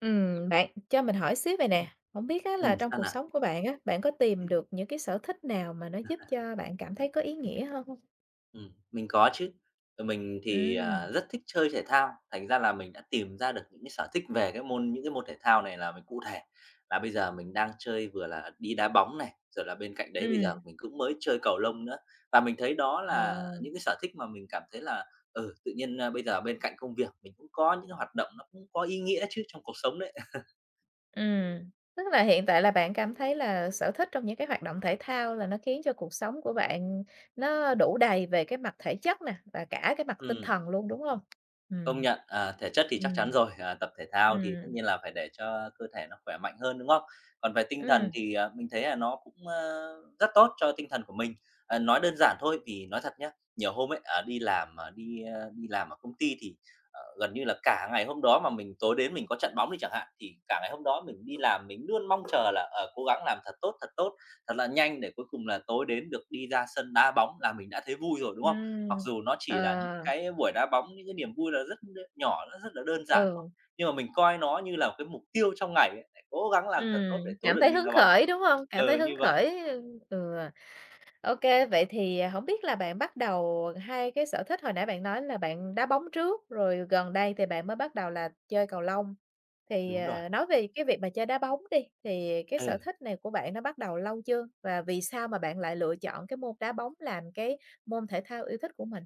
Bạn cho mình hỏi xíu vậy nè, không biết á là Ừ trong sao cuộc nào? sống của bạn á, bạn có tìm được những cái sở thích nào mà nó giúp cho bạn cảm thấy có ý nghĩa hông? Mình có chứ. Mình thì, Ừm. Rất thích chơi thể thao, thành ra là mình đã tìm ra được những cái sở thích về cái môn những cái môn thể thao này là mình cụ thể là bây giờ mình đang chơi vừa là đi đá bóng này, rồi là bên cạnh đấy bây giờ Ừm. mình cũng mới chơi cầu lông nữa. Và mình thấy đó Ờ. là những cái sở thích mà mình cảm thấy là, tự nhiên, bây giờ bên cạnh công việc mình cũng có những cái hoạt động nó cũng có ý nghĩa chứ trong cuộc sống đấy. ừm, Tức là hiện tại là bạn cảm thấy là sở thích trong những cái hoạt động thể thao là nó khiến cho cuộc sống của bạn nó đủ đầy về cái mặt thể chất nè, và cả cái mặt tinh Ừm. thần luôn, đúng không? Công Ừm. nhận, thể chất thì chắc chắn Ừm. rồi, tập thể thao thì tất Ừm. nhiên là phải để cho cơ thể nó khỏe mạnh hơn, đúng không? Còn về tinh thần Ừm. thì, mình thấy là nó cũng, rất tốt cho tinh thần của mình. Nói đơn giản thôi vì nói thật nhá, nhiều hôm ấy, đi làm, đi làm ở công ty thì, gần như là cả ngày hôm đó mà mình tối đến mình có trận bóng đi chẳng hạn, thì cả ngày hôm đó mình đi làm mình luôn mong chờ là, cố gắng làm thật tốt, thật tốt, thật là nhanh để cuối cùng là tối đến được đi ra sân đá bóng là mình đã thấy vui rồi, đúng không? Mặc Ừm. dù nó chỉ Ờ. là cái buổi đá bóng, những cái niềm vui là rất nhỏ, nó rất là đơn giản thôi, Ừ. nhưng mà mình coi nó như là một cái mục tiêu trong ngày ấy, lại cố gắng làm thật tốt để tối cảm được thấy đi hứng đá bóng. khởi, đúng hông? Cảm ờ thấy như hứng vậy, khởi, ừ, ô kê. Vậy thì, hổng biết là bạn bắt đầu hai cái sở thích hồi nãy bạn nói là bạn đá bóng trước, rồi gần đây thì bạn mới bắt đầu là chơi cầu lông. Thì, đúng rồi. Nói về cái việc mà chơi đá bóng đi, thì cái sở Ừ. thích này của bạn nó bắt đầu lâu chưa? Và vì sao mà bạn lại lựa chọn cái môn đá bóng làm cái môn thể thao yêu thích của mình?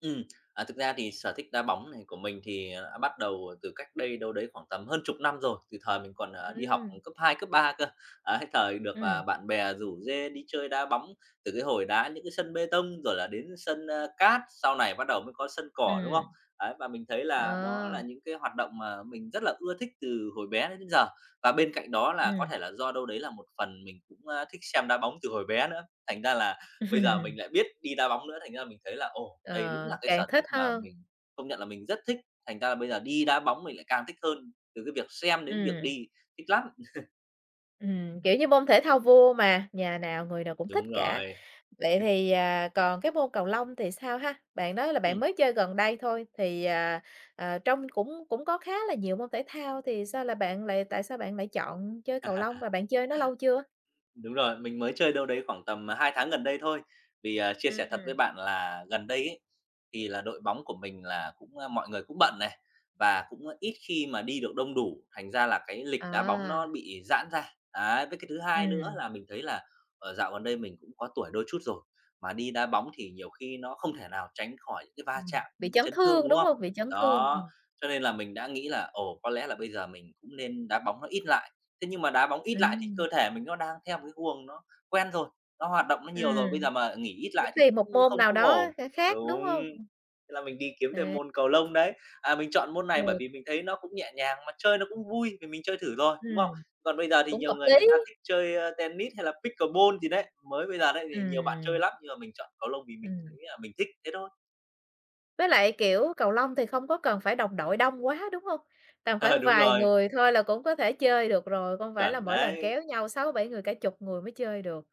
Ừm, thực ra thì sở thích đá bóng này của mình thì, đã bắt đầu từ cách đây đâu đấy khoảng tầm hơn chục năm rồi, từ thời mình còn, đi học Ừm. cấp 2 cấp 3 cơ. Ấy, thời được, Ừm. Bạn bè rủ rê đi chơi đá bóng, từ cái hồi đá những cái sân bê tông rồi là đến sân, cát, sau này bắt đầu mới có sân cỏ, đúng không? Ừm. Ấy, và mình thấy là đó Ờ. là những cái hoạt động mà mình rất là ưa thích từ hồi bé đến đến giờ. Và bên cạnh đó là có Ừm. thể là do đâu đấy là một phần mình cũng, thích xem đá bóng từ hồi bé nữa, thành ra là bây giờ mình lại biết đi đá bóng nữa, thành ra mình thấy là, ồ, Ờ, đây đúng là cái càng sở thích thích mà hơn. mình công nhận là mình rất thích, thành ra là bây giờ đi đá bóng mình lại càng thích hơn, từ cái việc xem đến việc Ừm. đi, thích lắm. Kiểu như, môn thể thao vua mà, nhà nào người nào cũng thích Đúng cả. rồi. Vậy thì, còn cái môn cầu lông thì sao ha? Bạn nói là bạn Ừm. mới chơi gần đây thôi, thì, trong cũng cũng có khá là nhiều môn thể thao, thì sao là bạn lại tại sao bạn lại chọn chơi cầu lông và bạn chơi nó lâu chưa? Đúng rồi, mình mới chơi đâu đấy khoảng tầm, 2 tháng gần đây thôi. Vì, chia sẻ thật với Ừm. bạn là gần đây ấy, thì là đội bóng của mình là cũng, mọi người cũng bận này, và cũng ít khi mà đi được đông đủ, thành ra là cái lịch đá bóng nó À. bị giãn ra. Đấy, với cái thứ hai nữa Ừm. là mình thấy là, ở dạo gần đây mình cũng có tuổi đôi chút rồi, mà đi đá bóng thì nhiều khi nó không thể nào tránh khỏi những cái va Ừm. chạm, Bị những cái chấn chấn thương, thương, đúng đúng không? hông? Bị chấn thương. Đó, Ừm. cho nên là mình đã nghĩ là, ồ, có lẽ là bây giờ mình cũng nên đá bóng nó ít lại. Thế nhưng mà đá bóng ít lại thì cơ Ừm. thể mình nó đang theo một cái guồng nó quen rồi, nó hoạt động nó nhiều rồi, bây Ừm. giờ mà nghỉ ít Để lại thì tìm một cũng môn không nào không ổn. đó khác, đúng Đúng, hông? thế là mình đi kiếm thêm À, môn cầu lông đấy. À, mình chọn môn này bởi được. vì mình thấy nó cũng nhẹ nhàng, mà chơi nó cũng vui vì mình chơi thử rồi, đúng không? Ừm. Còn bây giờ thì Cũng nhiều hợp người người lý. ta thích chơi, tennis hay là pickleball gì đấy, mới bây giờ đấy thì nhiều bạn chơi Ừm. lắm, nhưng mà mình chọn cầu lông vì mình Ừm. thấy là mình thích thế thôi. Với lại, kiểu, cầu lông thì không có cần phải đồng đội đông quá, đúng hông? Tầm Ờ, khoảng đúng vài rồi, người thôi là cũng có thể chơi được rồi, không phải là chuẩn mỗi lần đấy. kéo nhau 6 7 người, cả chục người mới chơi được.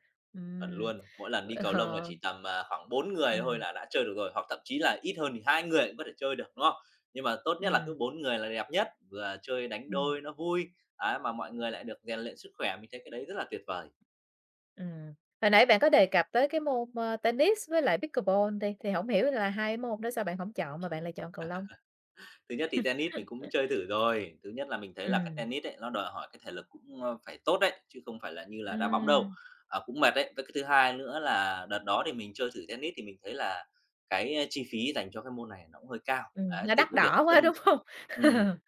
Chuẩn Ừm. luôn. Mỗi lần đi Ờ. cầu lông là Ờ. chỉ tầm, khoảng 4 người thôi Ừm. là đã chơi được rồi, hoặc thậm chí là ít hơn thì 2 người cũng có thể chơi được, đúng không? Nhưng mà tốt nhất là Ừm. cứ 4 người là đẹp nhất, vừa chơi đánh Ừm. đôi nó vui, ấy, mà mọi người lại được rèn luyện sức khỏe, mình thấy cái đấy rất là tuyệt vời. Ừm. Hồi nãy bạn có đề cập tới cái môn, tennis với lại pickleball đi, thì hổng hiểu là hai môn đó sao bạn hổng chọn mà bạn lại chọn cầu lông? Thứ nhất thì tennis mình cũng chơi thử rồi, thứ nhất là mình thấy là cái Ừm. tennis ấy, nó đòi hỏi cái thể lực cũng, phải tốt đấy, chứ không phải là như là đá bóng đâu, Ừm. Cũng mệt đấy. Với cái thứ hai nữa là đợt đó thì mình chơi thử tennis thì mình thấy là cái, chi phí dành cho cái môn này nó cũng hơi cao, Ừm. đấy, Nó đắt đỏ quá, đúng hông? ừm.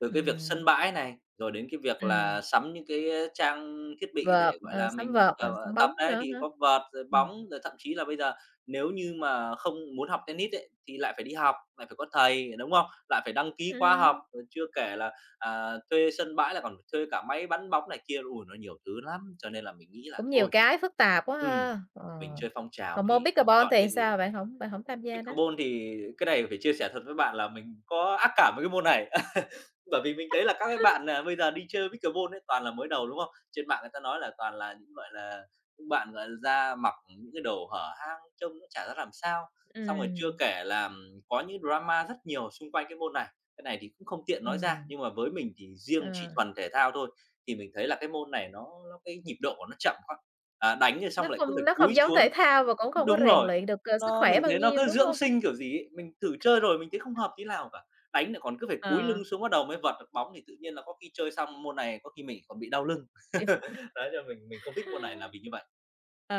Từ cái việc sân Ừm. bãi này, rồi đến cái việc Ừm. là sắm những cái, trang thiết bị vợt, để, gọi ờ, là, sắm mình, vợt, sắm tập bóng đấy, nữa thì hả? có vợt, rồi Ừm. bóng, rồi thậm chí là bây giờ nếu như mà không muốn học tennis ấy, thì lại phải đi học, lại phải có thầy, đúng không? Lại phải đăng ký khóa học, Ừm, rồi chưa kể là, thuê sân bãi là còn phải thuê cả máy bắn bóng này kia, ôi, nó nhiều thứ lắm. Cho nên là mình nghĩ là cũng nhiều thôi, cái phức tạp quá ừm, ha. Ờ. mình chơi phong trào Còn môn thì mình pickleball chọn thì cái gì. sao? Bạn không tham gia nó? Pickleball thì cái này phải chia sẻ thật với bạn là mình có ác cảm với cái môn này. Bởi vì mình thấy là các cái bạn nà bây giờ đi chơi Pickleball ấy toàn là mới đầu, đúng không? Trên mạng người ta nói là toàn là những, gọi là, những bạn, gọi là, ra mặc những cái đồ hở hang trông nó chả ra làm sao. Xong rồi chưa Ừm. kể là, có những drama rất nhiều xung quanh cái môn này, cái này thì cũng không tiện nói ra. Ừm. Nhưng mà với mình thì ờ, riêng chỉ thuần thể thao thôi, thì mình thấy là cái môn này nó cái nhịp độ của nó chậm quá, đánh rồi nó xong lại cứ không phải nó cúi không giống xuống. thể thao và cũng không có Đúng rèn rồi. luyện được, sức Nó khỏe mình bao thấy nó nhiêu, cứ đúng dưỡng hông? sinh kiểu gì ấy, mình thử chơi rồi mình thấy không hợp tí nào cả, đánh lại còn cứ phải cúi Ờ, lưng xuống bắt đầu mới vợt được bóng thì tự nhiên là có khi chơi xong môn này có khi mình còn bị đau lưng. điểm Đấy, cho mình không thích môn này là vì như vậy. Ờ,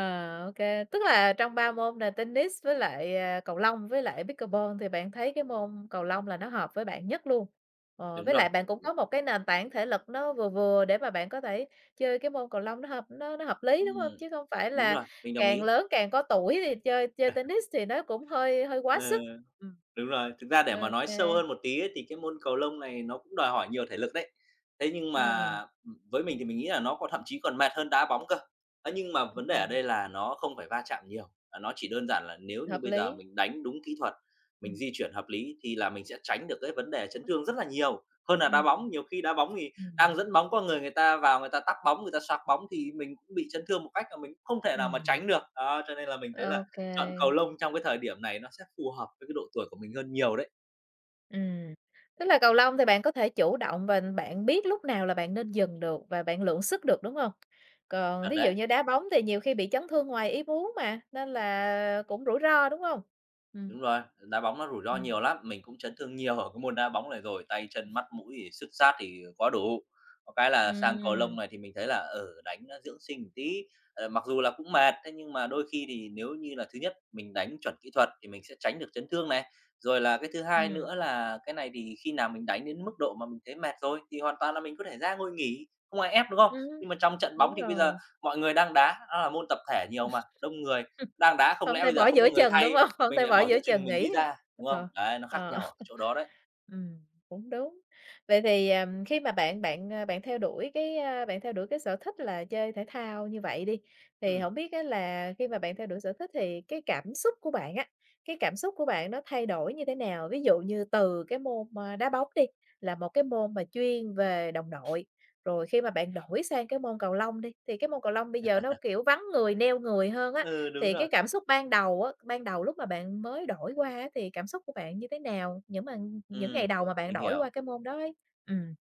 ô Tức là trong 3 môn là tennis với lại, cầu lông với lại pickleball thì bạn thấy cái môn cầu lông là nó hợp với bạn nhất luôn. Ờ, Đúng với rồi. lại bạn cũng có một cái nền tảng thể lực nó vừa vừa để mà bạn có thể chơi cái môn cầu lông nó hợp lý, đúng không? Ừm, Chứ không phải Đúng là rồi, mình đồng càng ý. lớn càng có tuổi thì chơi chơi tennis thì nó cũng hơi hơi quá Ờ. sức. Ừm. Đúng rồi, thực ra để Ô mà nói sâu kê. hơn một tí ấy, thì cái môn cầu lông này nó cũng đòi hỏi nhiều thể lực đấy. Thế nhưng mà, Ừm, với mình thì mình nghĩ là nó còn thậm chí còn mệt hơn đá bóng cơ. Thế nhưng mà vấn đề ở đây là nó không phải va chạm nhiều, nó chỉ đơn giản là nếu như hợp bây giờ lý. mình đánh đúng kỹ thuật, Ừm. mình di chuyển hợp lý thì là mình sẽ tránh được cái vấn đề chấn thương rất là nhiều, hơn là đá Ừm. bóng. Nhiều khi đá bóng thì Ừm. đang dẫn bóng qua người người ta vào, người ta tắc bóng, người ta xoạc bóng thì mình cũng bị chấn thương một cách mà mình cũng không thể nào mà Ừm. tránh được. Đó, cho nên là mình thấy là chọn cầu ô lông trong cái thời điểm này nó sẽ phù hợp với cái độ tuổi của mình hơn nhiều đấy. Ừm, tức là cầu lông thì bạn có thể chủ động và bạn biết lúc nào là bạn nên dừng được và bạn lượng sức được, đúng không? Còn Chuẩn ví dụ đấy. như đá bóng thì nhiều khi bị chấn thương ngoài ý muốn mà, nên là cũng rủi ro, đúng không? Ừm. Đúng rồi, đá bóng nó rủi ro Ừm. nhiều lắm, mình cũng chấn thương nhiều ở cái môn đá bóng này rồi, tay chân, mắt, mũi thì xức xát thì quá đủ. Có cái là sang cầu lông Ừm. này thì mình thấy là, ở đánh nó dưỡng sinh một tí, mặc dù là cũng mệt, thế nhưng mà đôi khi thì nếu như là thứ nhất mình đánh chuẩn kỹ thuật thì mình sẽ tránh được chấn thương này, rồi là cái thứ hai Ừm. nữa là cái này thì khi nào mình đánh đến mức độ mà mình thấy mệt rồi thì hoàn toàn là mình có thể ra ngồi nghỉ, không ai ép, đúng không? Ừm, Nhưng mà trong trận bóng đúng thì bây giờ rồi. mọi người đang đá, nó là môn tập thể nhiều mà, đông người, đang đá không Không lẽ thể bây bỏ giờ không giữa có người chừng, đúng thay không? Không mình thể lại bỏ bỏ giữa giữa chừng chừng mình nghỉ. đi ra, đúng không? Ờ. Đấy, nó khác Ờ. nhau ở cái chỗ đó đấy. Ừm, cũng đúng. Vậy thì, khi mà bạn bạn, ờ, bạn theo đuổi cái sở thích là chơi thể thao như vậy đi, thì Ừm. không biết á là khi mà bạn theo đuổi sở thích thì cái cảm xúc của bạn nó thay đổi như thế nào? Ví dụ như từ cái môn, đá bóng đi, là một cái môn mà chuyên về đồng đội, rồi khi mà bạn đổi sang cái môn cầu lông đi, thì cái môn cầu lông bây giờ nó, kiểu, vắng người, neo người hơn á, Ừ, đúng thì cái rồi. cảm xúc ban đầu á, ban đầu lúc mà bạn mới đổi qua á, thì cảm xúc của bạn như thế nào? Những ngày Ừm, đầu mà bạn mình đổi hiểu. qua cái môn đó ấy. Ừm.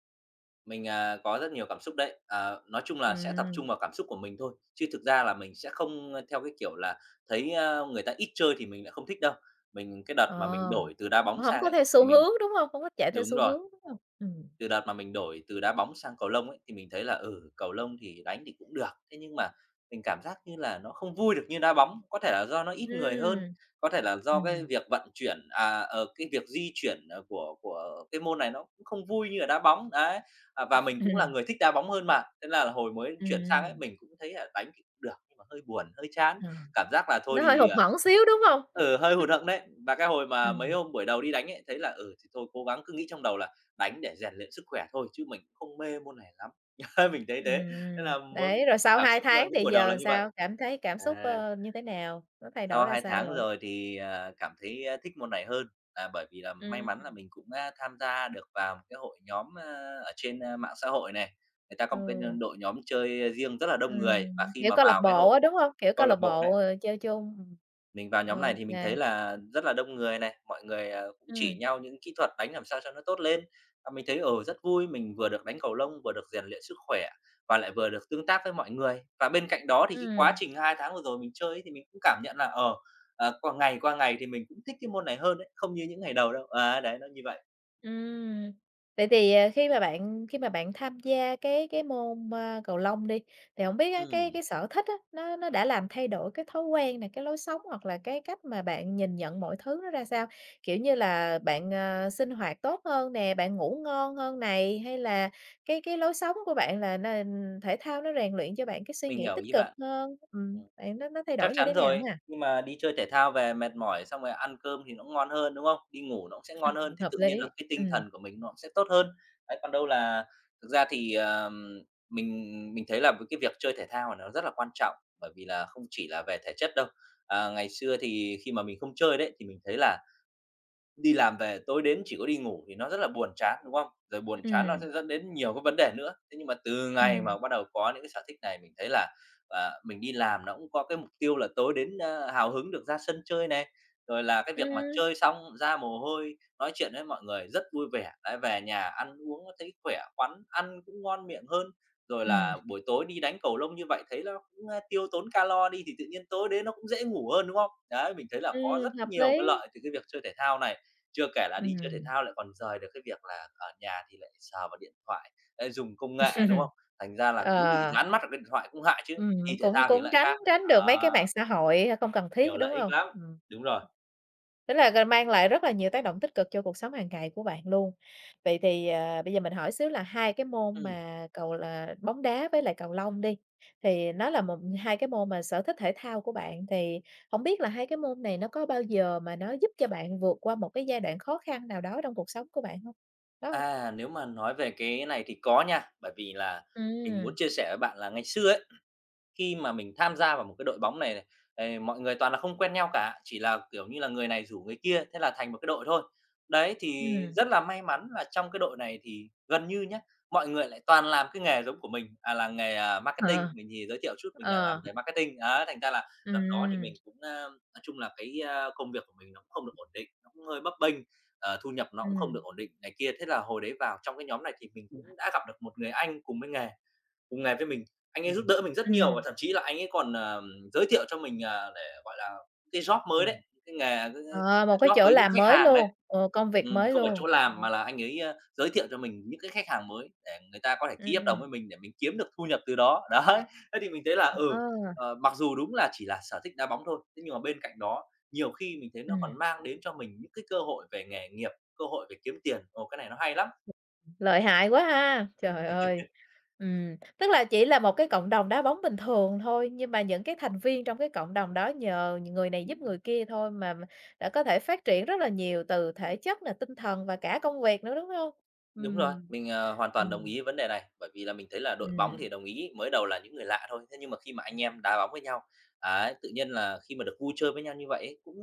Mình, có rất nhiều cảm xúc đấy. Ờ, nói chung là sẽ tập Ừm. trung vào cảm xúc của mình thôi, chứ thực ra là mình sẽ không, theo cái kiểu là thấy, người ta ít chơi thì mình lại không thích đâu. Mình cái Ờ, đợt mà mình đổi từ đá bóng hổng sang có ấy, theo thì xu mình hướng, đúng không? Không có chạy theo đúng xu rồi. hướng, đúng hông? Ừm. Từ đợt mà mình đổi từ đá bóng sang cầu lông ấy, thì mình thấy là, ừ, cầu lông thì đánh thì cũng được, thế nhưng mà mình cảm giác như là nó không vui được như đá bóng. Có thể là do nó ít người hơn, Ừm. có thể là do cái Ừm. việc vận chuyển, cái việc di chuyển, của cái môn này nó cũng không vui như ở đá bóng, đấy. Và mình cũng là Ừm. người thích đá bóng hơn mà, thế là hồi mới chuyển sang ấy, Ừm. mình cũng thấy là đánh thì cũng được, nhưng mà hơi buồn, hơi chán. Ờ, Cảm giác là thôi nó hơi thì, hụt à. hẫng xíu, đúng không? Ừ, hơi hụt hẫng đấy. Và cái hồi mà mấy Ừm. hôm buổi đầu đi đánh ấy, thấy là, ừ, thì thôi cố gắng cứ nghĩ trong đầu là đánh để rèn luyện sức khỏe thôi chứ mình cũng không mê môn này lắm. Mình thấy thế, thế Ừm. là muốn Đấy, rồi sau cảm 2 xúc, tháng những thì buổi đầu là giờ như vậy. sao? Cảm thấy cảm xúc, À, như thế nào? Nó thay đổi sau ra 2 sao tháng rồi? rồi thì, cảm thấy, thích môn này hơn, là bởi vì là may Ừm. mắn là mình cũng, tham gia được vào một cái hội nhóm, ở trên, mạng xã hội này. Người ta có một cái, Ừ. đội nhóm chơi riêng rất là đông người và khi kiểu, mà câu lạc vào cái bộ hội á, đúng hông? Kiểu, câu câu lạc lạc bộ bộ, đấy chơi chung. mình vào nhóm này Ô thì mình thấy kê. là rất là đông người này, mọi người, cũng chỉ Ừm. nhau những kỹ thuật đánh làm sao cho nó tốt lên. Và mình thấy, ở rất vui, mình vừa được đánh cầu lông, vừa được rèn luyện sức khỏe và lại vừa được tương tác với mọi người. Và bên cạnh đó thì cái quá Ừm. trình 2 tháng vừa rồi mình chơi ấy thì mình cũng cảm nhận là, ở qua ngày thì mình cũng thích cái môn này hơn đấy, không như những ngày đầu đâu. À đấy, nó như vậy. Ừm. Vậy thì, khi mà bạn tham gia cái môn, cầu lông đi, thì không biết á, cái Ừm. cái sở thích á, nó đã làm thay đổi cái thói quen này cái lối sống hoặc là cái cách mà bạn nhìn nhận mọi thứ nó ra sao? Kiểu như là, bạn, sinh hoạt tốt hơn nè, bạn ngủ ngon hơn này, hay là cái lối sống của bạn là nó thể thao nó rèn luyện cho bạn cái suy Mình nghĩ hiểu tích ý cực bạn. hơn? Ừm. Bạn nó thay Chắc đổi như chắn thế nào rồi, ha? nhưng mà đi chơi thể thao về mệt mỏi xong rồi ăn cơm thì nó cũng ngon hơn, đúng không? Đi ngủ nó cũng sẽ Ừm. ngon hơn thì Hợp tự nhiên là lý. cái tinh Ừm. thần của mình nó cũng sẽ tốt hơn. Đấy, còn đâu là thực ra thì, mình thấy là với cái việc chơi thể thao nó rất là quan trọng, bởi vì là không chỉ là về thể chất đâu. Ngày xưa thì khi mà mình không chơi đấy, thì mình thấy là đi làm về tối đến chỉ có đi ngủ thì nó rất là buồn chán, đúng không? Rồi buồn chán nó Ừm. sẽ dẫn đến nhiều cái vấn đề nữa. Thế nhưng mà từ ngày Ừm. mà bắt đầu có những cái sở thích này mình thấy là, mình đi làm nó cũng có cái mục tiêu là tối đến, hào hứng được ra sân chơi này, rồi là cái việc mà Ừm. chơi xong ra mồ hôi, nói chuyện với mọi người rất vui vẻ, lại về nhà ăn uống nó thấy khỏe khoắn, ăn cũng ngon miệng hơn. Rồi Ừm. là buổi tối đi đánh cầu lông như vậy thấy nó cũng, tiêu tốn calo đi thì tự nhiên tối đến nó cũng dễ ngủ hơn, đúng không? Đấy, mình thấy là có Ừm. rất Hợp lý. nhiều cái lợi từ cái việc chơi thể thao này. Chưa kể là đi chơi thể Ừm. thao lại còn rời được cái việc là ở nhà thì lại sờ vào điện thoại, lại dùng công nghệ, đúng không? Thành ra là cứ bị Ờ, dán mắt vào cái điện thoại cũng hại chứ, đi ừm, thể cũng thao thì cũng lại tránh khác. tránh được Đó, mấy cái mạng xã hội không cần thiết, nhiều đúng lợi ích không? lắm. Đúng rồi. Tức là mang lại rất là nhiều tác động tích cực cho cuộc sống hàng ngày của bạn luôn. Vậy thì, bây giờ mình hỏi xíu là hai cái môn Ừm, mà cầu là bóng đá với lại cầu lông đi, thì nó là hai cái môn mà sở thích thể thao của bạn, thì không biết là hai cái môn này nó có bao giờ mà nó giúp cho bạn vượt qua một cái giai đoạn khó khăn nào đó trong cuộc sống của bạn không? Có không? Nếu mà nói về cái này thì có nha, bởi vì là mình muốn Ừm. chia sẻ với bạn là ngày xưa ấy, khi mà mình tham gia vào một cái đội bóng này này, mọi người toàn là không quen nhau cả, chỉ là, kiểu như là, người này rủ người kia, thế là thành một cái đội thôi. Đấy, thì Ừm. rất là may mắn là trong cái đội này thì gần như nhá, mọi người lại toàn làm cái nghề giống của mình, là nghề, marketing, Ờ. mình thì giới thiệu chút mình là làm Ờ. về marketing. Á, thành ra là đợt đó thì Ừm. mình cũng, nói chung là cái, công việc của mình nó cũng không được ổn định, nó cũng hơi bấp bênh, thu nhập nó cũng không Ừm. được ổn định này kia. Thế là hồi đấy vào trong cái nhóm này thì mình cũng đã gặp được một người anh cùng với nghề, cùng ngày với mình. Anh ấy giúp đỡ mình rất nhiều và Ừm. thậm chí là anh ấy còn, giới thiệu cho mình, để, gọi là, cái job mới đấy, cái nghề, Ờ, một cái cái job chỗ với những làm khách mới hàng luôn, đấy. Công việc mới Không phải luôn. chỗ làm Ồ. mà là anh ấy, giới thiệu cho mình những cái khách hàng mới để người ta có thể ký hợp đồng ừm, với mình để mình kiếm được thu nhập từ đó. Đấy, thế thì mình thấy là, ừ, ờ, mặc dù đúng là chỉ là sở thích đá bóng thôi, thế nhưng mà bên cạnh đó nhiều khi mình thấy nó ừm, còn mang đến cho mình những cái cơ hội về nghề nghiệp, cơ hội về kiếm tiền. Ồ, cái này nó hay lắm! Lợi hại quá ha, trời ơi! Tức là chỉ là một cái cộng đồng đá bóng bình thường thôi, nhưng mà những cái thành viên trong cái cộng đồng đó nhờ người này giúp người kia thôi mà đã có thể phát triển rất là nhiều từ thể chất nè, tinh thần và cả công việc nữa, đúng hông? Đúng rồi, Ừm. mình, hoàn toàn đồng Ừm. ý vấn đề này, bởi vì là mình thấy là đội bóng Ừm. thì đồng ý, mới đầu là những người lạ thôi, thế nhưng mà khi mà anh em đá bóng với nhau, ấy, tự nhiên là khi mà được vui chơi với nhau như vậy ấy, cũng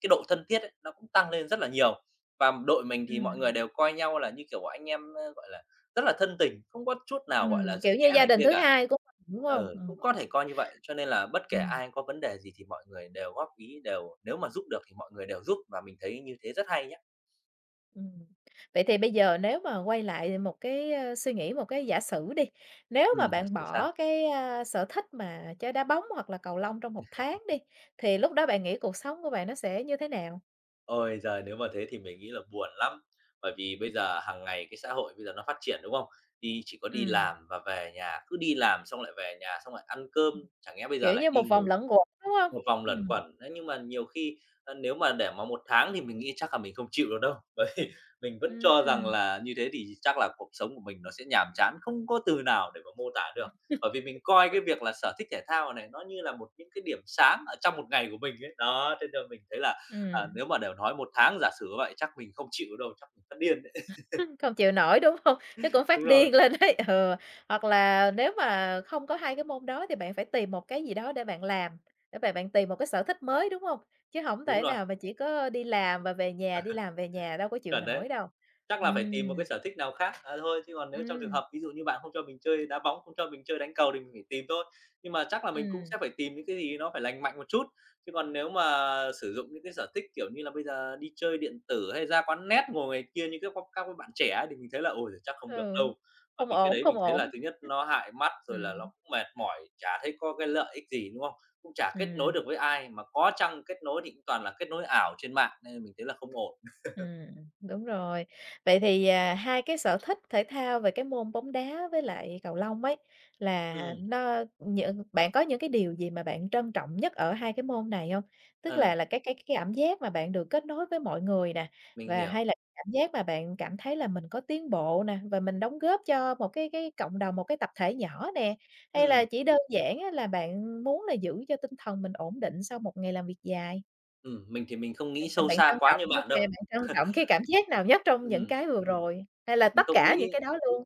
cái độ thân thiết ấy, nó cũng tăng lên rất là nhiều. Và đội mình thì mọi người Ừm. đều coi nhau là như kiểu anh em, gọi là, rất là thân tình, không có chút nào, gọi là, Ừm, kiểu giữ như kẽ gia này đình kia thứ cả. hai của mình, đúng hông? Ờ, Ừm. cũng có thể coi như vậy, cho nên là bất kể Ừm. ai có vấn đề gì thì mọi người đều góp ý, đều nếu mà giúp được thì mọi người đều giúp và mình thấy như thế rất hay nhá. Ừm. Vậy thì bây giờ nếu mà quay lại một cái, suy nghĩ một cái giả sử đi, nếu mà Ừm. bạn bỏ cái, sở thích mà chơi đá bóng hoặc là cầu lông trong một tháng đi, thì lúc đó bạn nghĩ cuộc sống của bạn nó sẽ như thế nào? Ôi giời! Nếu mà thế thì mình nghĩ là buồn lắm, bởi vì bây giờ hàng ngày cái xã hội bây giờ nó phát triển, đúng không? Đi chỉ có đi Ừm, làm và về nhà, cứ đi làm xong lại về nhà, xong lại ăn cơm, chẳng lẽ bây giờ kiểu lại như đi một vòng ngủ luẩn quẩn, đúng không? một vòng luẩn Ừm. quẩn. Thế nhưng mà nhiều khi, nếu mà để mà một tháng thì mình nghĩ chắc là mình không chịu được đâu. Bởi vì mình vẫn cho rằng Ừm. là như thế thì chắc là cuộc sống của mình nó sẽ nhàm chán, không có từ nào để mà mô tả được. Bởi vì mình coi cái việc là sở thích thể thao này nó như là một những cái điểm sáng ở trong một ngày của mình ấy. Đó, thế nên mình thấy là, Ừm. nếu mà đều nói một tháng giả sử vậy chắc mình không chịu đâu, chắc mình phát điên đấy. Không chịu nổi, đúng không? Chứ cũng phát Đúng rồi, điên lên đấy. Ừ, hoặc là nếu mà không có hai cái môn đó thì bạn phải tìm một cái gì đó để bạn làm, để bạn bạn tìm một cái sở thích mới, đúng không? Chứ không đúng thể rồi, nào mà chỉ có đi làm và về nhà, đi làm về nhà đâu có chịu chuẩn đấy. nổi đâu. Chắc là phải tìm một Ừm. cái sở thích nào khác, thôi, chứ còn nếu trong trường Ừm. hợp ví dụ như bạn không cho mình chơi đá bóng, không cho mình chơi đánh cầu thì mình phải tìm thôi. Nhưng mà chắc là mình cũng Ừm. sẽ phải tìm những cái gì nó phải lành mạnh một chút, chứ còn nếu mà sử dụng những cái sở thích, kiểu như là, bây giờ đi chơi điện tử hay ra quán nét ngồi ngoài kia như các bạn trẻ ấy thì mình thấy là ôi giời, chắc không được Ừ, đâu. Bởi không vì cái ổn, đấy mình không thấy ổn. là thứ nhất nó hại mắt, rồi là nó Ừm. cũng mệt mỏi, chả thấy có cái lợi ích gì, đúng không? Cũng chả kết nối Ừm. được với ai, mà có chăng kết nối thì cũng toàn là kết nối ảo trên mạng, nên mình thấy là không ổn. Ừm, đúng rồi. Vậy thì, hai cái sở thích thể thao về cái môn bóng đá với lại cầu lông ấy, là Ừm, nó những bạn có những cái điều gì mà bạn trân trọng nhất ở hai cái môn này không? Tức là ờ, là cái cảm giác mà bạn được kết nối với mọi người nè, mình và hiểu. hay là cảm giác mà bạn cảm thấy là mình có tiến bộ nè, và mình đóng góp cho một cái cộng đồng, một cái tập thể nhỏ nè? Hay là Ừm, chỉ đơn giản á là bạn muốn là giữ cho tinh thần mình ổn định sau một ngày làm việc dài? Mình thì mình không Bạn nghĩ c sâu bạn xa trân quá trọng như cái bạn đâu. kê bạn trân trọng cái cảm giác nào nhất trong những Ừm, cái vừa rồi? Hay là mình tất không cả những nghĩ cái đó luôn?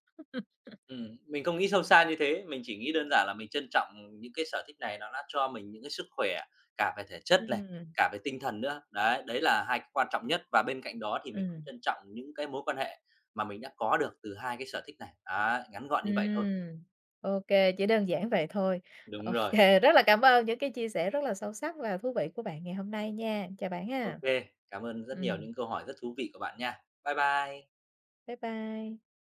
mình không nghĩ sâu xa như thế, mình chỉ nghĩ đơn giản là mình trân trọng những cái sở thích này nó đã cho mình những cái sức khỏe cả về thể chất này, Ừm. cả về tinh thần nữa. Đấy, đấy là hai cái quan trọng nhất và bên cạnh đó thì mình cũng Ừm. trân trọng những cái mối quan hệ mà mình đã có được từ hai cái sở thích này. Á, ngắn gọn như vậy thôi. Ừm, ô kê, chỉ đơn giản vậy thôi. Đúng Ô rồi. kê, rất là cảm ơn những cái chia sẻ rất là sâu sắc và thú vị của bạn ngày hôm nay nha. Chào bạn ha. OK, cảm ơn rất nhiều Ừm, những câu hỏi rất thú vị của bạn nha. Bye bye. bye bye.